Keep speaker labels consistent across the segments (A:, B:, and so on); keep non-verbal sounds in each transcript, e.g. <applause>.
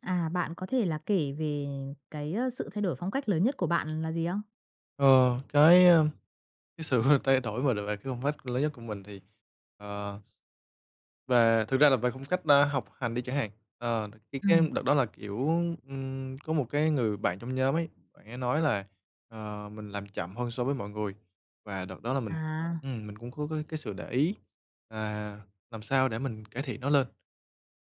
A: À, bạn có thể là kể về cái sự thay đổi phong cách lớn nhất của bạn là gì không?
B: Ờ, cái, a, cái sự <laughs> thay đổi mà về cái phong cách lớn nhất của mình thì, ờ, thực ra là về phong cách, học hành đi chẳng hạn. Cái
A: Ừm.
B: đợt đó là, kiểu, có một cái người bạn trong nhóm ấy, bạn ấy nói là, mình làm chậm hơn so với mọi người, và đợt đó là mình
A: À,
B: ừm, mình cũng có cái sự để ý, à, làm sao để mình cải thiện nó lên.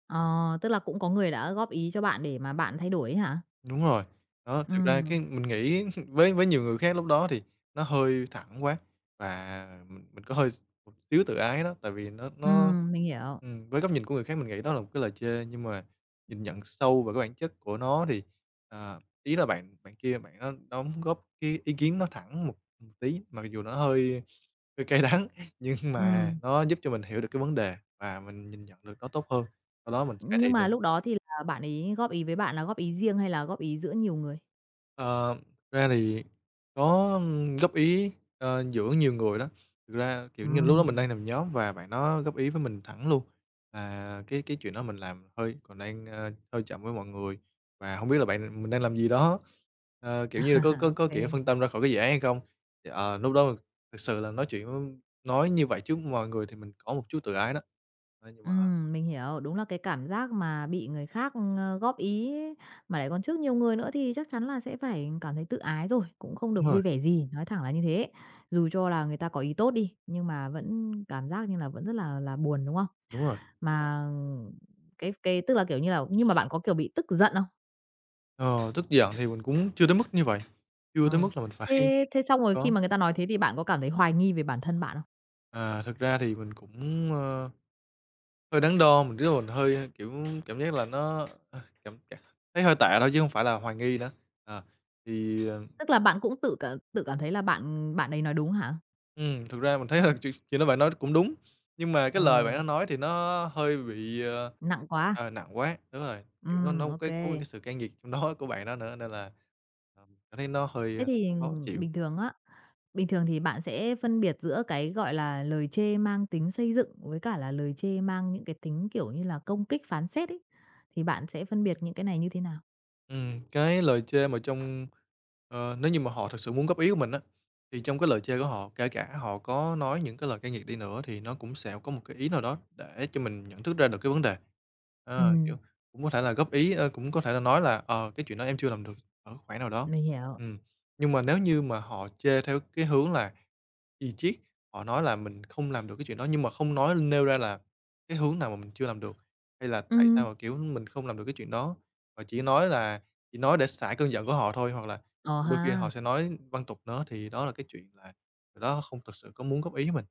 A: ờ, tức là cũng có người đã góp ý cho bạn để mà bạn thay đổi ấy hả?
B: Đúng rồi. Đó, thực ra cái
A: Ừm,
B: mình nghĩ <laughs> với nhiều người khác lúc đó thì nó hơi thẳng quá, và mình có hơi một xíu tự ái đó, tại vì nó
A: ừm, mình hiểu.
B: với góc nhìn của người khác mình nghĩ đó là một cái lời chê, nhưng mà nhìn nhận sâu vào cái bản chất của nó thì, ý là bạn bạn kia bạn nó đóng góp cái ý kiến nó thẳng một một tí, mặc dù nó hơi hơi cay đắng, <laughs> nhưng mà
A: Ừm,
B: nó giúp cho mình hiểu được cái vấn đề và mình nhìn nhận được nó tốt hơn, sau đó mình cải
A: nhưng
B: thiện được.
A: mà lúc đó thì là bạn ấy góp ý với bạn là góp ý riêng hay là góp ý giữa nhiều người?
B: Ờ, Ra thì có góp ý, giữa nhiều người đó. Thực ra, kiểu như, lúc đó mình đang
A: Ừm,
B: làm nhóm và bạn nó góp ý với mình thẳng luôn là cái chuyện đó mình làm hơi còn đang, hơi chậm với mọi người, và không biết là bạn mình đang làm gì đó, kiểu như là, có có
A: ô
B: có, kiểu,
A: kê.
B: phân
A: <laughs>
B: tâm ra khỏi cái dự án hay không? Thì, lúc đó thực sự là nói chuyện với nói như vậy trước mọi người thì mình có một chút tự ái đó. Đó, nhưng mà
A: Mình hiểu, đúng là cái cảm giác mà bị người khác, góp ý ấy, mà lại còn trước nhiều người nữa thì chắc chắn là sẽ phải cảm thấy tự ái rồi, cũng không được
B: đúng rồi,
A: vui vẻ gì, nói thẳng là như thế. Dù cho là người ta có ý tốt đi, nhưng mà vẫn cảm giác như là vẫn rất là buồn, đúng không?
B: đúng rồi,
A: Mà cái tức là, kiểu như là nhưng mà bạn có, kiểu, bị tức giận không?
B: ờ, tức giận thì mình cũng chưa tới mức như vậy, chưa tới
A: Ừ,
B: mức là mình phải
A: thế thế xong rồi khi
B: có
A: mà người ta nói thế thì bạn có cảm thấy hoài nghi về bản thân bạn không?
B: Thực ra thì mình cũng, hơi đắn đo, mình tức là mình hơi, kiểu, cảm giác là nó, cảm cảm thấy hơi tệ thôi chứ không phải là hoài nghi nữa. Ờ, thì, ờ,
A: Tức là bạn cũng tự cảm thấy là bạn bạn ấy nói đúng hả?
B: Thực ra mình thấy là chuyện chuyện đó bạn nói cũng đúng, nhưng mà cái lời bạn
A: Ờ,
B: nó nói thì nó hơi bị,
A: nặng quá.
B: nặng quá. Đúng rồi, kiểu, nó có
A: Ô.
B: cái sự cay nghiệt trong đó của bạn đó nữa, nên là, mình cảm thấy nó hơi,
A: Thế thì
B: khó chịu.
A: bình thường á, bình thường thì bạn sẽ phân biệt giữa cái, gọi là, lời chê mang tính xây dựng với cả là lời chê mang những cái tính, kiểu như là, công kích phán xét ấy, thì bạn sẽ phân biệt những cái này như thế nào?
B: Cái lời chê mà nếu như mà họ thực sự muốn góp ý của mình á, thì trong cái lời chê của họ, kể cả họ có nói những cái lời cay nghiệt đi nữa thì nó cũng sẽ có một cái ý nào đó để cho mình nhận thức ra được cái vấn đề. Kiểu,
A: Ừm,
B: cũng có thể là góp ý, cũng có thể là nói là "Ờ, cái chuyện đó em chưa làm được" ở khoảng nào đó.
A: mình hiểu.
B: Ừm, nhưng mà nếu như mà họ chê theo cái hướng là thì triết, họ nói là mình không làm được cái chuyện đó nhưng mà không nêu ra là cái hướng nào mà mình chưa làm được, hay là
A: Ừ.
B: tại sao mà, kiểu, mình không làm được cái chuyện đó, và chỉ nói để xả cơn giận của họ thôi, hoặc là
A: Ờ
B: đôi khi họ
A: ha.
B: sẽ nói văng tục nữa, thì đó là cái chuyện là người đó không thực sự có muốn góp ý mình.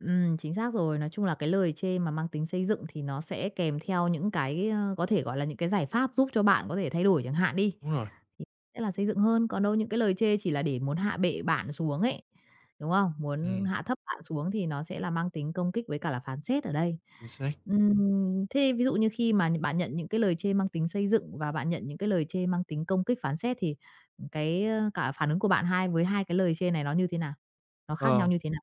A: Chính xác rồi. Nói chung là cái lời chê mà mang tính xây dựng thì nó sẽ kèm theo những cái, có thể, gọi là, những cái giải pháp giúp cho bạn có thể thay đổi chẳng hạn đi.
B: Đúng rồi,
A: Sẽ là xây dựng hơn, còn đâu những cái lời chê chỉ là để muốn hạ bệ bạn xuống ấy, đúng không? Muốn
B: ừm,
A: hạ thấp bạn xuống thì nó sẽ là mang tính công kích với cả là phán xét ở đây.
B: chính xác.
A: Thế ví dụ như khi mà bạn nhận những cái lời chê mang tính xây dựng và bạn nhận những cái lời chê mang tính công kích, phán xét thì cái, cả phản ứng của bạn hai với hai cái lời chê này nó như thế nào? Nó khác
B: Ờ.
A: nhau như thế nào?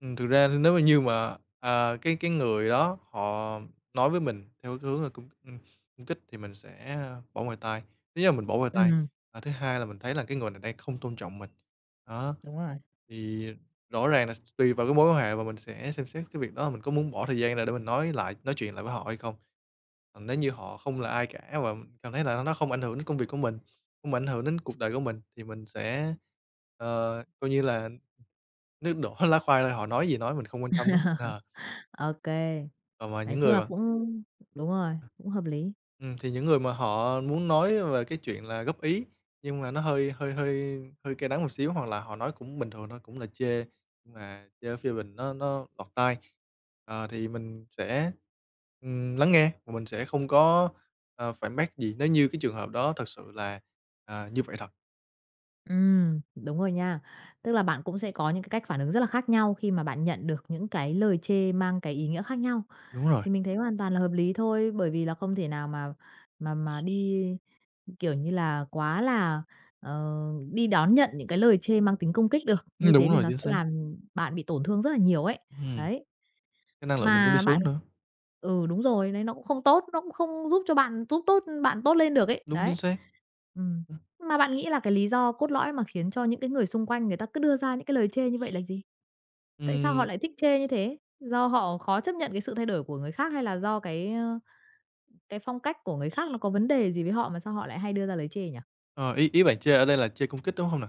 B: Thực ra thì nếu mà như mà, cái người đó họ nói với mình theo cái hướng là cung cung kích thì mình sẽ bỏ ngoài tai. Thứ nhất là mình bỏ ngoài tai,
A: Ừm,
B: và thứ hai là mình thấy là cái người này đang không tôn trọng mình. Đó,
A: đúng rồi.
B: thì rõ ràng là tùy vào cái mối quan hệ và mình sẽ xem xét cái việc đó là mình có muốn bỏ thời gian ra để mình nói chuyện lại với họ hay không. Còn nếu như họ không là ai cả và mình cảm thấy là nó không ảnh hưởng đến công việc của mình, không ảnh hưởng đến cuộc đời của mình thì mình sẽ, coi như là nước đổ <laughs> lá khoai thôi, họ nói gì nói mình không quan tâm lắm. Ờ,
A: Ok. Kê,
B: còn mà
A: nói
B: những
A: chung
B: người
A: là
B: mà
A: cũng đúng rồi, cũng hợp lý.
B: Thì những người mà họ muốn nói về cái chuyện là góp ý, nhưng mà nó hơi hơi hơi hơi cay đắng một xíu, hoặc là họ nói cũng bình thường thôi, cũng là chê, nhưng mà chê ở phê bình nó lọt tai, thì mình sẽ, lắng nghe và mình sẽ không có, phản bác gì nếu như cái trường hợp đó thật sự là, như vậy thật.
A: Đúng rồi nha. Tức là bạn cũng sẽ có những cái cách phản ứng rất là khác nhau khi mà bạn nhận được những cái lời chê mang cái ý nghĩa khác nhau.
B: Đúng rồi,
A: Thì mình thấy hoàn toàn là hợp lý thôi, bởi vì là không thể nào mà đi, kiểu như là, quá là, ờ, đi đón nhận những cái lời chê mang tính công kích được, như thế
B: đúng
A: thì
B: rồi,
A: nó
B: chính
A: sẽ
B: xác.
A: làm bạn bị tổn thương rất là nhiều ấy.
B: Ừm,
A: Đấy.
B: cái năng lượng mình cũng đi
A: Mà bạn
B: xuống nữa.
A: Ừ, đúng rồi, đấy, nó cũng không tốt, nó cũng không giúp cho bạn giúp tốt bạn tốt lên được ấy,
B: Đúng, chính
A: đấy.
B: xác.
A: Ừm. Mà bạn nghĩ là cái lý do cốt lõi mà khiến cho những cái người xung quanh người ta cứ đưa ra những cái lời chê như vậy là gì? Tại sao họ
B: Ừm.
A: lại thích chê như thế? Do họ khó chấp nhận cái sự thay đổi của người khác hay là do cái, cái phong cách của người khác nó có vấn đề gì với họ mà sao họ lại hay đưa ra lời chê nhỉ?
B: Ờ, Ý ý bạn chê ở đây là chê công kích, đúng hông nè?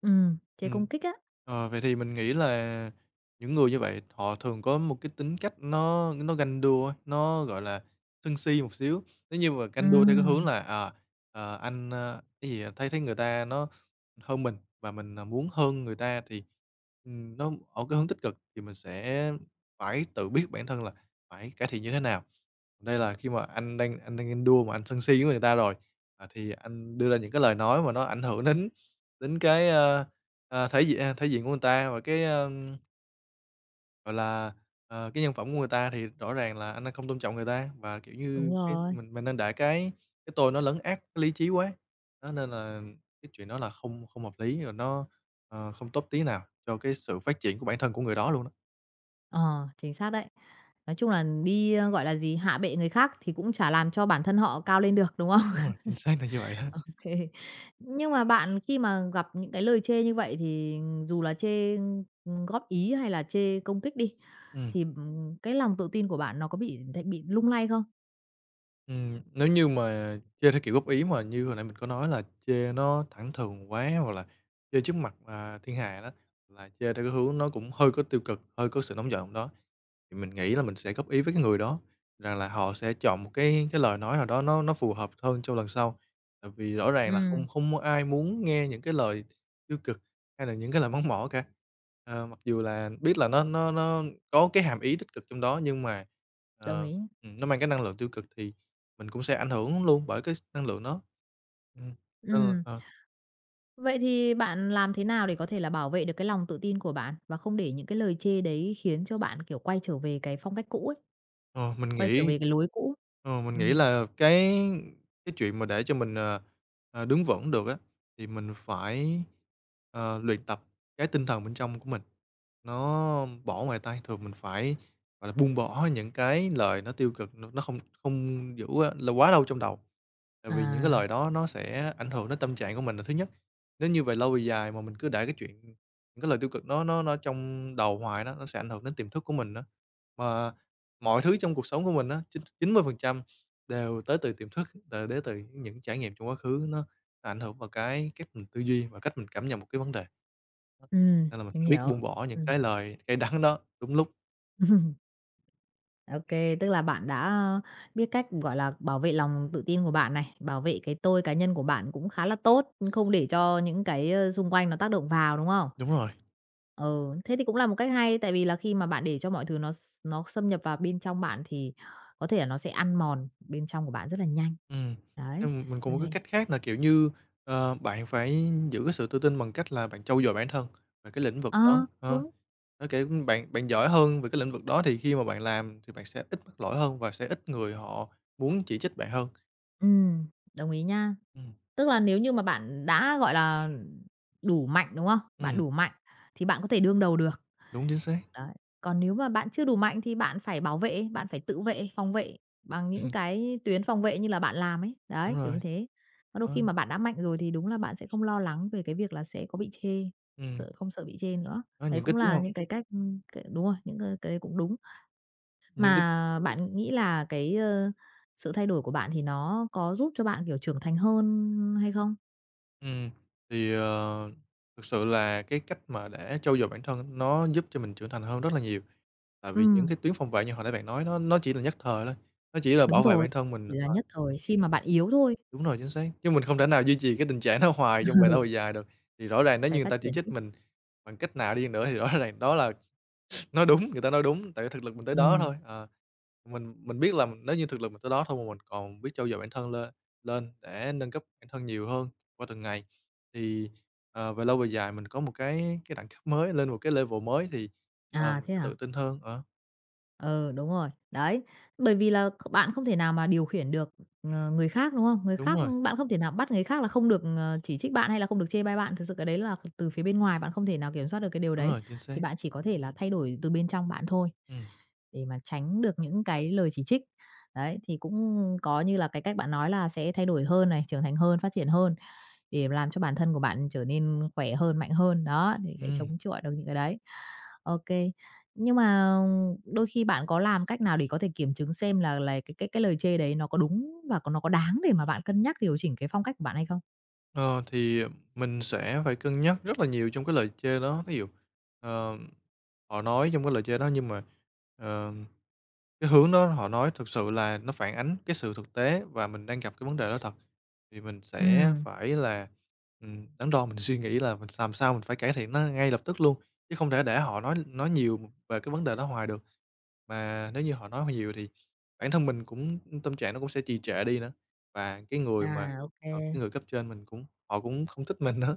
A: Chê
B: Ừm,
A: công kích á.
B: Vậy thì mình nghĩ là những người như vậy họ thường có một cái tính cách nó ganh đua á, nó, gọi là, sân si một xíu. Nếu như mà ganh đua theo cái hướng
A: Ừm,
B: là, à, ờ, anh, a, cái gì, à, thấy thấy người ta nó hơn mình và mình, muốn hơn người ta thì, nó ở cái hướng tích cực thì mình sẽ phải tự biết bản thân là phải cải thiện như thế nào. Đây là khi mà anh đang đua mà anh sân si với người ta rồi, thì anh đưa ra những cái lời nói mà nó ảnh hưởng đến đến cái, thể diện, thể diện của người ta và cái, gọi là, cái nhân phẩm của người ta thì rõ ràng là anh đang không tôn trọng người ta và, kiểu
A: đúng
B: như, cái
A: rồi.
B: mình đang để cái tôi nó lấn át cái lý trí quá. Đó, nên là cái chuyện đó là không không hợp lý rồi, nó, không tốt tí nào cho cái sự phát triển của bản thân của người đó luôn đó.
A: Ờ, chính xác đấy. Nói chung là đi, gọi là gì, hạ bệ người khác thì cũng chả làm cho bản thân họ cao lên được, đúng
B: Đúng
A: không?
B: rồi, chính
A: <laughs>
B: xác là như vậy đó.
A: <laughs> Nhưng mà bạn khi mà gặp những cái lời chê như vậy thì dù là chê, góp ý hay là chê công kích đi,
B: Ừm.
A: thì, cái lòng tự tin của bạn nó có bị lung lay không?
B: Nếu như mà chơi theo kiểu góp ý mà như hồi nãy mình có nói là chê nó thẳng thừng quá, hoặc là chê trước mặt, thiên hạ đó, là chê theo cái hướng nó cũng hơi có tiêu cực, hơi có sự nóng giận đó. Thì mình nghĩ là mình sẽ góp ý với cái người đó rằng là họ sẽ chọn một cái lời nói nào đó nó phù hợp hơn cho lần sau. Tại vì rõ ràng là
A: Ừm,
B: không không có ai muốn nghe những cái lời tiêu cực hay là những cái lời mắng mỏ cả. Ờ, mặc dù là biết là nó có cái hàm ý tích cực trong đó nhưng mà,
A: đồng
B: ờ,
A: ý.
B: nó mang cái năng lượng tiêu cực thì mình cũng sẽ ảnh hưởng luôn bởi cái năng lượng đó. Ừm, nên là
A: Ừm,
B: ờ.
A: Vậy thì bạn làm thế nào để có thể là bảo vệ được cái lòng tự tin của bạn và không để những cái lời chê đấy khiến cho bạn, kiểu, quay trở về cái phong cách cũ ấy,
B: Ờ, mình
A: quay trở
B: nghĩ
A: về cái lối cũ?
B: mình nghĩ
A: Ừm.
B: là cái chuyện mà để cho mình, đứng vững được á, thì mình phải, luyện tập cái tinh thần bên trong của mình, nó bỏ ngoài tai. Thường mình phải, gọi là, buông bỏ những cái lời nó tiêu cực, nó không không giữ á là quá lâu trong đầu, tại vì những cái
A: À,
B: lời đó nó sẽ ảnh hưởng đến tâm trạng của mình là thứ nhất. Nếu như về lâu về dài mà mình cứ để cái chuyện những cái lời tiêu cực nó trong đầu hoài đó, nó sẽ ảnh hưởng đến tiềm thức của mình đó. Mà mọi thứ trong cuộc sống của mình á, chín chín mươi phần trăm đều tới từ tiềm thức, đều đến từ những trải nghiệm trong quá khứ, nó ảnh hưởng vào cái cách mình tư duy và cách mình cảm nhận một cái vấn đề. Đó, nên là mình
A: mình
B: phải biết buông
A: hiểu.
B: bỏ những
A: Ừm.
B: cái lời cay đắng đó đúng lúc.
A: <laughs> OK, tức là bạn đã, biết cách, gọi là, bảo vệ lòng tự tin của bạn này, bảo vệ cái tôi cá nhân của bạn cũng khá là tốt, không để cho những cái, xung quanh nó tác động vào, đúng không?
B: Đúng rồi,
A: Ừ, thế thì cũng là một cách hay, tại vì là khi mà bạn để cho mọi thứ nó xâm nhập vào bên trong bạn thì có thể là nó sẽ ăn mòn bên trong của bạn rất là nhanh.
B: ừm,
A: Đấy,
B: nhưng mà mình còn một
A: nên
B: cái cách khác là, kiểu như, bạn phải giữ cái sự tự tin bằng cách là bạn trau dồi bản thân về cái lĩnh vực đó,
A: ờ, đúng,
B: nó, kiểu, bạn bạn giỏi hơn về cái lĩnh vực đó thì khi mà bạn làm thì bạn sẽ ít mắc lỗi hơn và sẽ ít người họ muốn chỉ trích bạn hơn.
A: ừm, đồng ý nha.
B: Ừm,
A: Tức là nếu như mà bạn đã, gọi là, đủ mạnh, đúng không? Bạn
B: ừm,
A: đủ mạnh thì bạn có thể đương đầu được.
B: đúng, chính xác.
A: Đấy, còn nếu mà bạn chưa đủ mạnh thì bạn phải bảo vệ, bạn phải tự vệ, phòng vệ bằng những
B: Ừm,
A: cái tuyến phòng vệ như là bạn làm ấy,
B: đúng
A: đấy, kiểu như
B: rồi,
A: thế. Có đôi
B: đó,
A: khi mà bạn đã mạnh rồi thì đúng là bạn sẽ không lo lắng về cái việc là sẽ có bị chê,
B: ừm,
A: không sợ bị chê nữa.
B: đó,
A: Đấy
B: những cái
A: cũng
B: tiếng
A: là
B: hông
A: những cái cách, c đúng rồi, những cái cũng đúng.
B: những cái
A: Mà bạn nghĩ là cái, sự thay đổi của bạn thì nó có giúp cho bạn, kiểu, trưởng thành hơn hay không?
B: ừm, thì, ờ, thực sự là cái cách mà để trau dồi bản thân nó giúp cho mình trưởng thành hơn rất là nhiều. Tại vì những
A: Ừm,
B: cái tuyến phòng vệ như hồi nãy bạn nói nó chỉ là nhất thời thôi, nó chỉ là
A: đúng
B: bảo vệ
A: rồi,
B: bản thân mình
A: chỉ là nhất thời, khi mà
B: Ờ.
A: bạn yếu thôi,
B: Đúng rồi, chính xác, chứ mình không thể nào duy trì cái tình trạng đó hoài trong về lâu về dài được, thì rõ ràng nếu như
A: phải
B: người
A: phát
B: ta chỉ
A: triển
B: trích
A: chứ.
B: mình bằng cách nào đi nữa thì rõ <laughs> ràng đó là Nói đúng, người ta nói đúng, tại vì thực lực mình tới đó
A: Ừm,
B: thôi. Ờ, mình biết là nếu như thực lực mình tới đó thôi mà mình còn biết trau dồi bản thân lên lên để nâng cấp bản thân nhiều hơn qua từng ngày, thì, về lâu về dài mình có một cái đẳng cấp mới, lên một cái level mới thì,
A: à,
B: mình
A: thế
B: sẽ
A: à?
B: tự tin hơn. Ờ,
A: Ừ, đúng rồi. Đấy, bởi vì là bạn không thể nào mà điều khiển được, người khác, đúng không? Người
B: đúng
A: khác
B: rồi,
A: bạn không thể nào bắt người khác là không được, chỉ trích bạn hay là không được chê bai bạn. Thực sự cái đấy là từ phía bên ngoài bạn không thể nào kiểm soát được cái điều
B: đúng
A: đấy,
B: rồi, chính
A: thì
B: xác.
A: bạn chỉ có thể là thay đổi từ bên trong bạn thôi,
B: Ừm,
A: để mà tránh được những cái lời chỉ trích. Đấy, thì cũng có như là cái cách bạn nói là sẽ thay đổi hơn này, trưởng thành hơn, phát triển hơn, để làm cho bản thân của bạn trở nên khỏe hơn, mạnh hơn. Đó, thì sẽ
B: ừm.
A: chống chọi được những cái đấy. OK. Nhưng mà đôi khi bạn có làm cách nào để có thể kiểm chứng xem là cái lời chê đấy nó có đúng và nó có đáng để mà bạn cân nhắc điều chỉnh cái phong cách của bạn hay không?
B: Ờ, thì mình sẽ phải cân nhắc rất là nhiều trong cái lời chê đó. Ví dụ, ờ, họ nói trong cái lời chê đó nhưng mà, ờ, cái hướng đó họ nói thực sự là nó phản ánh cái sự thực tế và mình đang gặp cái vấn đề đó thật. Thì mình sẽ
A: Ừm,
B: phải là, đắn đo mình suy nghĩ là mình làm sao mình phải cải thiện nó ngay lập tức luôn, chứ không thể để họ nói nhiều về cái vấn đề đó hoài được. Mà nếu như họ nói nhiều thì bản thân mình cũng tâm trạng nó cũng sẽ trì trệ đi nữa. Và cái người
A: à,
B: mà
A: OK,
B: Ờ,
A: ô.
B: cái người cấp trên mình cũng họ cũng không thích mình nữa.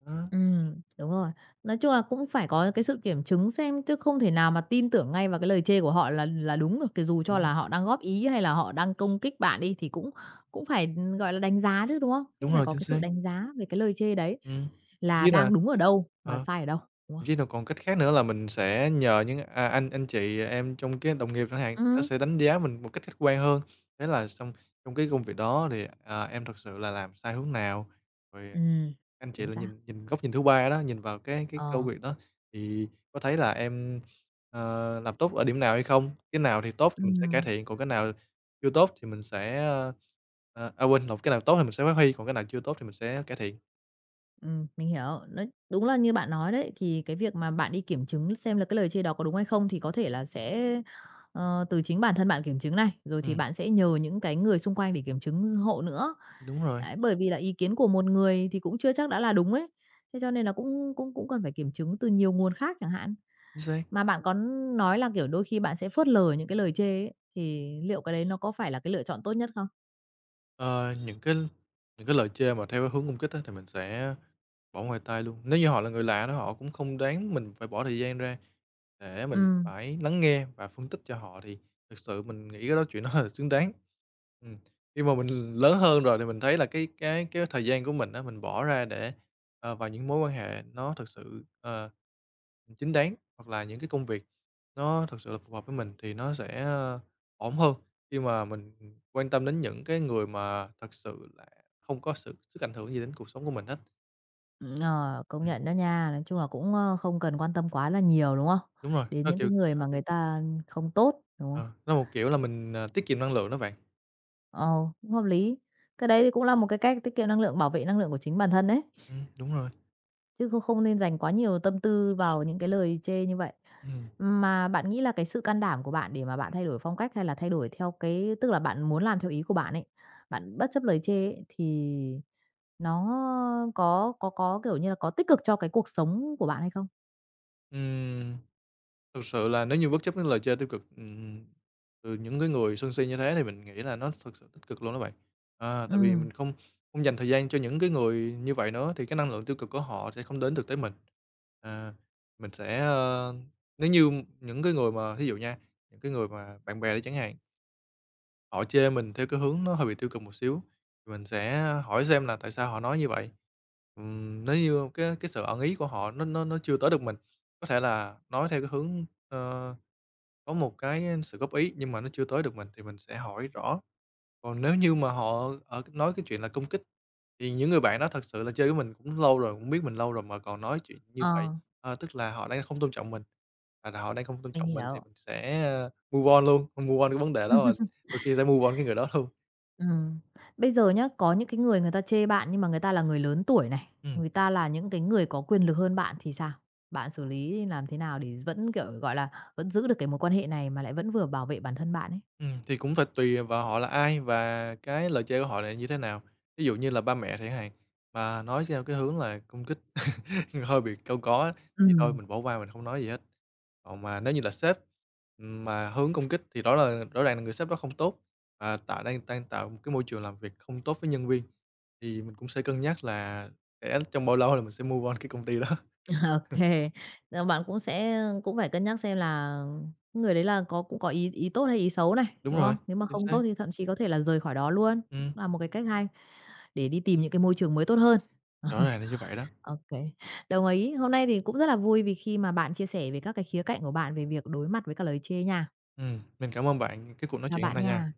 B: Đó,
A: Đúng rồi. Nói chung là cũng phải có cái sự kiểm chứng xem, chứ không thể nào mà tin tưởng ngay vào cái lời chê của họ là đúng được, thì dù cho
B: ừm,
A: là họ đang góp ý hay là họ đang công kích bạn đi thì cũng cũng phải, gọi là, đánh giá chứ, đúng không?
B: đúng
A: Cũng phải
B: rồi,
A: có
B: chính
A: cái sự
B: xác.
A: đánh giá về cái lời chê đấy,
B: Ừm, thậm
A: là
B: chí là
A: đang đúng ở đâu và
B: ờ.
A: sai ở đâu, đúng không?
B: chứ chí còn cách khác nữa là mình sẽ nhờ những, à, anh chị em trong cái đồng nghiệp chẳng hạn, nó
A: Ừ,
B: sẽ đánh giá mình một cách khách quan hơn. Thế là xong trong cái công việc đó thì, à, em thực sự là làm sai hướng nào, rồi
A: ừ,
B: anh chị
A: chính
B: là
A: xác.
B: nhìn nhìn góc nhìn thứ ba đó, nhìn vào cái công
A: Ờ,
B: việc đó thì có thấy là em, làm tốt ở điểm nào hay không? Cái nào thì tốt thì mình sẽ cải
A: ừm,
B: thiện, còn cái nào chưa tốt thì mình sẽ, quên lộn, cái nào tốt thì mình sẽ phát huy, còn cái nào chưa tốt thì mình sẽ cải thiện.
A: mình hiểu. Nói đúng là như bạn nói đấy, thì cái việc mà bạn đi kiểm chứng xem là cái lời chê đó có đúng hay không thì có thể là sẽ, từ chính bản thân bạn kiểm chứng này, rồi thì
B: Ừm,
A: bạn sẽ nhờ những cái người xung quanh để kiểm chứng hộ nữa.
B: đúng rồi,
A: Đấy, bởi vì là ý kiến của một người thì cũng chưa chắc đã là đúng ấy, thế cho nên là cũng cũng cũng cần phải kiểm chứng từ nhiều nguồn khác chẳng hạn.
B: chính xác.
A: Mà bạn có nói là, kiểu, đôi khi bạn sẽ phớt lờ những cái lời chê ấy, thì liệu cái đấy nó có phải là cái lựa chọn tốt nhất không?
B: Những những cái lời chê mà theo cái hướng công kích á, thì mình sẽ bỏ ngoài tai luôn. Nếu như họ là người lạ đó, họ cũng không đáng mình phải bỏ thời gian ra để mình
A: Ừm.
B: phải lắng nghe và phân tích cho họ, thì thực sự mình nghĩ cái đó chuyện đó <laughs> là xứng đáng. Ừm, khi mà mình lớn hơn rồi thì mình thấy là cái thời gian của mình á, mình bỏ ra để, vào những mối quan hệ nó thực sự, chính đáng, hoặc là những cái công việc nó thực sự là phù hợp với mình thì nó sẽ, ổn hơn. Khi mà mình quan tâm đến những cái người mà thật sự là không có sự sức ảnh hưởng gì đến cuộc sống của mình hết.
A: Ờ, công
B: Ừm.
A: nhận đó nha. Nói chung là cũng, không cần quan tâm quá là nhiều, đúng không?
B: Đúng rồi,
A: Đến
B: nó,
A: những
B: kiểu,
A: cái người mà người ta không tốt, đúng không?
B: ờ, nó một kiểu là mình, à, tiết kiệm năng lượng đó bạn.
A: Ờ, cũng hợp lý. Cái đấy thì cũng là một cái cách tiết kiệm năng lượng, bảo vệ năng lượng của chính bản thân đấy,
B: Đúng rồi,
A: chứ không không nên dành quá nhiều tâm tư vào những cái lời chê như vậy.
B: ừm.
A: Mà bạn nghĩ là cái sự can đảm của bạn để mà bạn thay đổi phong cách hay là thay đổi theo cái tức là bạn muốn làm theo ý của bạn ấy, bạn bất chấp lời chê ấy, thì nó có, kiểu như là, có tích cực cho cái cuộc sống của bạn hay không?
B: Ừm, thực sự là nếu như bất chấp những lời chê tiêu cực, từ những cái người sân si như thế thì mình nghĩ là nó thực sự tích cực luôn đó bạn. À,
A: Ừ,
B: tại vì mình không không dành thời gian cho những cái người như vậy nữa thì cái năng lượng tiêu cực của họ sẽ không đến được tới mình. À, mình sẽ, nếu như những cái người mà thí dụ nha, những cái người mà bạn bè đi chẳng hạn, họ chê mình theo cái hướng nó hơi bị tiêu cực một xíu, thì mình sẽ hỏi xem là tại sao họ nói như vậy. Nếu như cái sự ẩn ý của họ nó chưa tới được mình, có thể là nói theo cái hướng, có một cái sự góp ý nhưng mà nó chưa tới được mình thì mình sẽ hỏi rõ. Còn nếu như mà họ nói cái chuyện là công kích, thì những người bạn đó thật sự là chơi với mình cũng lâu rồi, cũng biết mình lâu rồi mà còn nói chuyện như vậy,
A: ờ.
B: ờ, tức là họ đang không tôn trọng mình, và họ đang không tôn
A: Mình
B: trọng mình thì
A: hiểu.
B: mình sẽ, move on luôn, move on cái vấn đề đó và đôi khi sẽ move on cái người đó luôn.
A: Ừm. Bây giờ nhá, có những cái người người ta chê bạn nhưng mà người ta là người lớn tuổi này,
B: Ừm,
A: người ta là những cái người có quyền lực hơn bạn thì sao? Bạn xử lý làm thế nào để vẫn, kiểu, gọi là, vẫn giữ được cái mối quan hệ này mà lại vẫn vừa bảo vệ bản thân bạn ấy?
B: thì cũng phải tùy vào họ là ai và cái lời chơi của họ là như thế nào. Ví dụ như là ba mẹ chẳng hạn, mà nói theo cái hướng là công kích <laughs> hơi bị câu có thì thôi
A: Ừm,
B: mình bỏ qua mình không nói gì hết. Còn mà nếu như là sếp, mà hướng công kích thì rõ ràng là người sếp đó không tốt, và tạo đang đang tạo một cái môi trường làm việc không tốt với nhân viên, thì mình cũng sẽ cân nhắc là sẽ trong bao lâu là mình sẽ move on cái công ty đó. <laughs>
A: <laughs> ô kê. Ờ, bạn cũng sẽ cũng phải cân nhắc xem là người đấy là có cũng có ý ý tốt hay ý xấu này,
B: Đúng
A: đúng
B: rồi,
A: không? Nếu mà
B: chính
A: không
B: xác,
A: tốt thì thậm chí có thể là rời khỏi đó luôn,
B: ừm,
A: là một cái cách hay để đi tìm những cái môi trường mới tốt hơn.
B: rõ
A: <laughs>
B: ràng là như vậy đó.
A: OK, đồng ý. Hôm nay thì cũng rất là vui vì khi mà bạn chia sẻ về các cái khía cạnh của bạn về việc đối mặt với cả lời chê nha.
B: Mình cảm ơn bạn cái cuộc nói
A: Chào
B: chuyện hôm
A: bạn
B: nay nha.
A: nha.